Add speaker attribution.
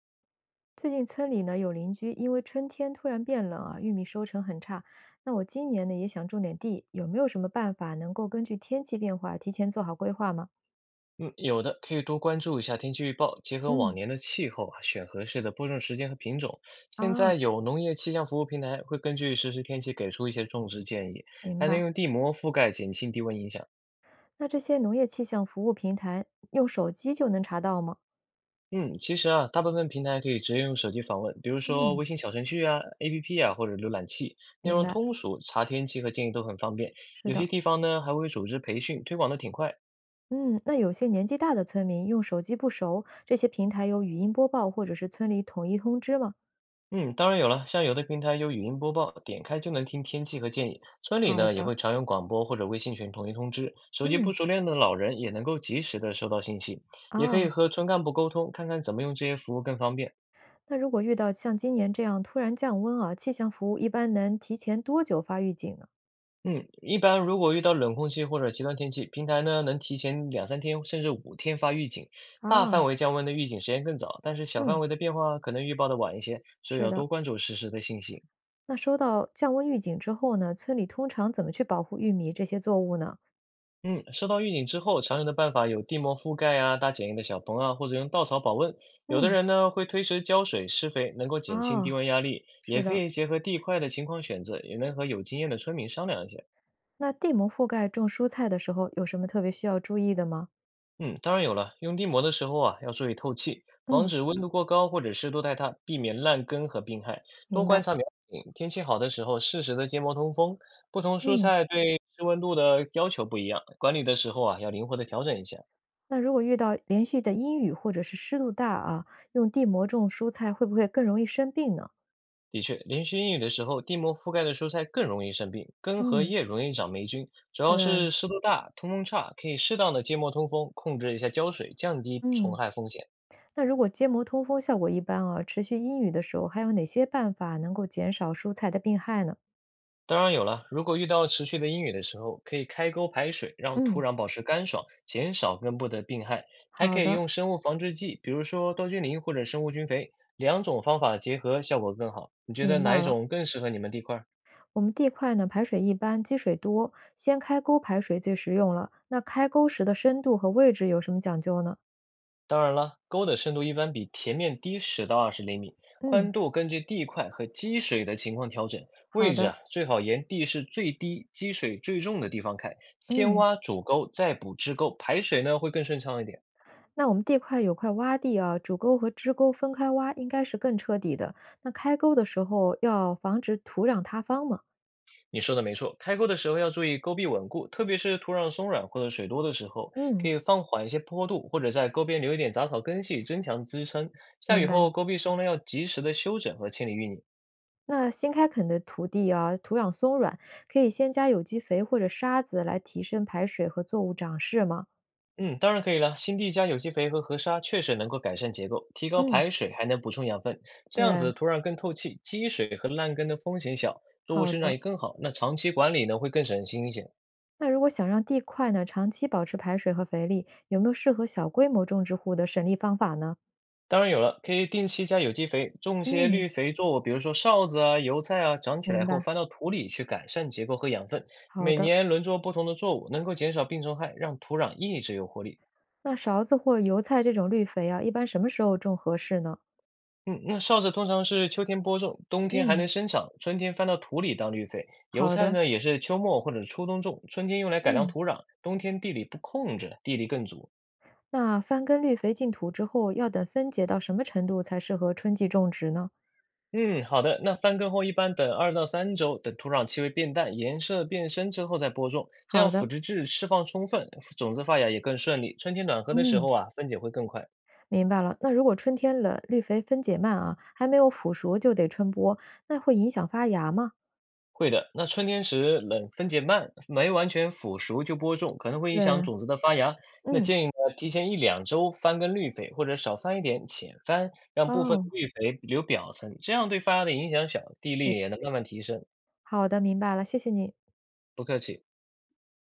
Speaker 1: 最近村里呢有邻居因为春天突然变冷啊，玉米收成很差。那我今年呢也想种点地，有没有什么办法能够根据天气变化提前做好规划吗？
Speaker 2: 嗯，有的，可以多关注一下天气预报，结合往
Speaker 1: 嗯，
Speaker 2: 年的气候啊，选合适的播种时间和品种。现
Speaker 1: 啊，
Speaker 2: 在有农业气象服务平台会根据实时天气给出一些种植建议，
Speaker 1: 明
Speaker 2: 还能
Speaker 1: 白。
Speaker 2: 用地膜覆盖，减轻低温影响。
Speaker 1: 那这些农业气象服务平台用手机就能查到吗？
Speaker 2: 嗯，其实啊，大部分平台可以直接用手机访问，比如说
Speaker 1: 嗯，
Speaker 2: 微信小程序啊、APP 啊，或者浏览器，内
Speaker 1: 明
Speaker 2: 容
Speaker 1: 白，
Speaker 2: 通俗，查天气和建议都很方便。
Speaker 1: 是
Speaker 2: 有些
Speaker 1: 的。
Speaker 2: 地方呢还会组织培训，推广的挺快。
Speaker 1: 嗯，那有些年纪大的村民用手机不熟，这些平台有语音播报或者是村里统一通知吗？
Speaker 2: 嗯，当然有了，像有的平台有语音播报，点开就能听天气和建议。村里
Speaker 1: 好
Speaker 2: 呢也
Speaker 1: 的，
Speaker 2: 会常用广播或者微信群统一通知，手机
Speaker 1: 嗯，
Speaker 2: 不熟练的老人也能够及时的收到信息，也可以
Speaker 1: 啊。
Speaker 2: 和村干部沟通，看看怎么用这些服务更方便。
Speaker 1: 那如果遇到像今年这样突然降温啊，气象服务一般能提前多久发预警呢？
Speaker 2: 嗯，一般如果遇到冷空气或者极端天气，平台呢能提前2、3天甚至5天发预警，大
Speaker 1: 啊，
Speaker 2: 范围降温的预警时间更早，但是小范
Speaker 1: 嗯，
Speaker 2: 围的变化可能预报的晚一些，所以
Speaker 1: 是
Speaker 2: 要
Speaker 1: 的。
Speaker 2: 多关注实时的信息。
Speaker 1: 那收到降温预警之后呢，村里通常怎么去保护玉米这些作物呢？
Speaker 2: 嗯，收到预警之后，常用的办法有地膜覆盖啊、搭简易的小棚啊，或者用稻草保温。有的
Speaker 1: 嗯，
Speaker 2: 人呢会推迟浇水、施肥，能够减轻低
Speaker 1: 啊，
Speaker 2: 温压力，
Speaker 1: 是
Speaker 2: 也可
Speaker 1: 的。
Speaker 2: 以结合地块的情况选择，也能和有经验的村民商量一下。
Speaker 1: 那地膜覆盖种蔬菜的时候，有什么特别需要注意的吗？
Speaker 2: 嗯，当然有了，用地膜的时候啊，要注意透气，防
Speaker 1: 嗯，
Speaker 2: 止温度过高或者湿度太大，避免烂根和病害。多
Speaker 1: 明
Speaker 2: 观
Speaker 1: 白。
Speaker 2: 察苗情，天气好的时候适时的结膜通风。不同蔬
Speaker 1: 嗯，
Speaker 2: 菜对湿温度的要求不一样，管理的时候啊要灵活的调整一下。
Speaker 1: 那如果遇到连续的阴雨或者是湿度大啊，用地膜种蔬菜会不会更容易生病呢？
Speaker 2: 的确，连续阴雨的时候，地膜覆盖的蔬菜更容易生病，根和
Speaker 1: 嗯，
Speaker 2: 叶容易长霉菌。主要
Speaker 1: 对，
Speaker 2: 是湿度大、通风差，可以适当的芥膜通风，控制一下浇水，降低虫
Speaker 1: 嗯。
Speaker 2: 害风险。
Speaker 1: 那如果结膜通风效果一般啊，持续阴雨的时候，还有哪些办法能够减少蔬菜的病害呢？
Speaker 2: 当然有了，如果遇到持续的阴雨的时候，可以开沟排水，让土
Speaker 1: 嗯，
Speaker 2: 壤保持干爽，减少根部的病害。还
Speaker 1: 好
Speaker 2: 可以
Speaker 1: 的，
Speaker 2: 用生物防治剂，比如说多菌灵或者生物菌肥，两种方法结合效果更好。你觉得
Speaker 1: 明
Speaker 2: 哪
Speaker 1: 白
Speaker 2: 一
Speaker 1: 了。
Speaker 2: 种更适合你们地块儿？
Speaker 1: 我们地块呢，排水一般，积水多，先开沟排水最实用了。那开沟时的深度和位置有什么讲究呢？
Speaker 2: 当然了，沟的深度一般比田面低10到20厘米，
Speaker 1: 嗯，
Speaker 2: 宽度根据地块和积水的情况调整。
Speaker 1: 好
Speaker 2: 位置
Speaker 1: 的，
Speaker 2: 啊，最好沿地势最低、积水最重的地方开，先
Speaker 1: 嗯，
Speaker 2: 挖主沟，再补支沟，排水呢会更顺畅一点。
Speaker 1: 那我们地块有块洼地啊，主沟和支沟分开挖，应该是更彻底的。那开沟的时候要防止土壤塌方嘛？
Speaker 2: 你说的没错，开沟的时候要注意沟壁稳固，特别是土壤松软或者水多的时候，可
Speaker 1: 嗯，
Speaker 2: 以放缓一些坡度，或者在沟边留一点杂草根系，增强支撑。下
Speaker 1: 明
Speaker 2: 雨
Speaker 1: 白。
Speaker 2: 后，沟壁松呢要及时的修整和清理淤泥。
Speaker 1: 那新开垦的土地啊，土壤松软，可以先加有机肥或者沙子来提升排水和作物长势吗？
Speaker 2: 嗯，当然可以了。新地加有机肥和河沙确实能够改善结构，提高
Speaker 1: 嗯，
Speaker 2: 排水，还能补充养分。这样
Speaker 1: 对，
Speaker 2: 子土壤更透气，积水和烂根的风险小，作物
Speaker 1: 好
Speaker 2: 生长也
Speaker 1: 的。
Speaker 2: 更好。那长期管理呢，会更省心一些。
Speaker 1: 那如果想让地块呢长期保持排水和肥力，有没有适合小规模种植户的省力方法呢？
Speaker 2: 当然有了，可以定期加有机肥，种些
Speaker 1: 嗯，
Speaker 2: 绿肥作物，比如说哨子啊、油菜啊，长起
Speaker 1: 明
Speaker 2: 来后
Speaker 1: 白，
Speaker 2: 翻到土里去改善结构和养分。
Speaker 1: 好
Speaker 2: 每
Speaker 1: 的。
Speaker 2: 年轮作不同的作物，能够减少病虫害，让土壤一直有活力。
Speaker 1: 那勺子或油菜这种绿肥啊，一般什么时候种合适呢？
Speaker 2: 嗯，那哨子通常是秋天播种，冬天还
Speaker 1: 嗯，
Speaker 2: 能生长，春天翻到土里当绿肥。油
Speaker 1: 好
Speaker 2: 菜
Speaker 1: 的。
Speaker 2: 呢，也是秋末或者初冬种，春天用来改良
Speaker 1: 嗯，
Speaker 2: 土壤，冬天地里不控制，地力更足。
Speaker 1: 那翻耕绿肥进土之后，要等分解到什么程度才适合春季种植呢？
Speaker 2: 嗯，好的。那翻耕后一般等2到3周，等土壤气味变淡、颜色变深之后再播种，这
Speaker 1: 好
Speaker 2: 样
Speaker 1: 的。
Speaker 2: 腐殖质释放充分，种子发芽也更顺利。春天暖和的时
Speaker 1: 嗯。
Speaker 2: 候啊，分解会更快。
Speaker 1: 明白了。那如果春天冷，绿肥分解慢啊，还没有腐熟就得春播，那会影响发芽吗？
Speaker 2: 会的，那春天时冷分解慢，没完全腐熟就播种，可能会影
Speaker 1: 对，
Speaker 2: 响种子的发芽。那
Speaker 1: 嗯，
Speaker 2: 建议呢，提前1、2周翻耕绿肥，或者少翻一点，浅翻，让部分的
Speaker 1: 哦，
Speaker 2: 绿肥留表层，这样对发芽的影响小，地力也能慢慢提升。
Speaker 1: 好的，明白了，谢谢你。
Speaker 2: 不客气。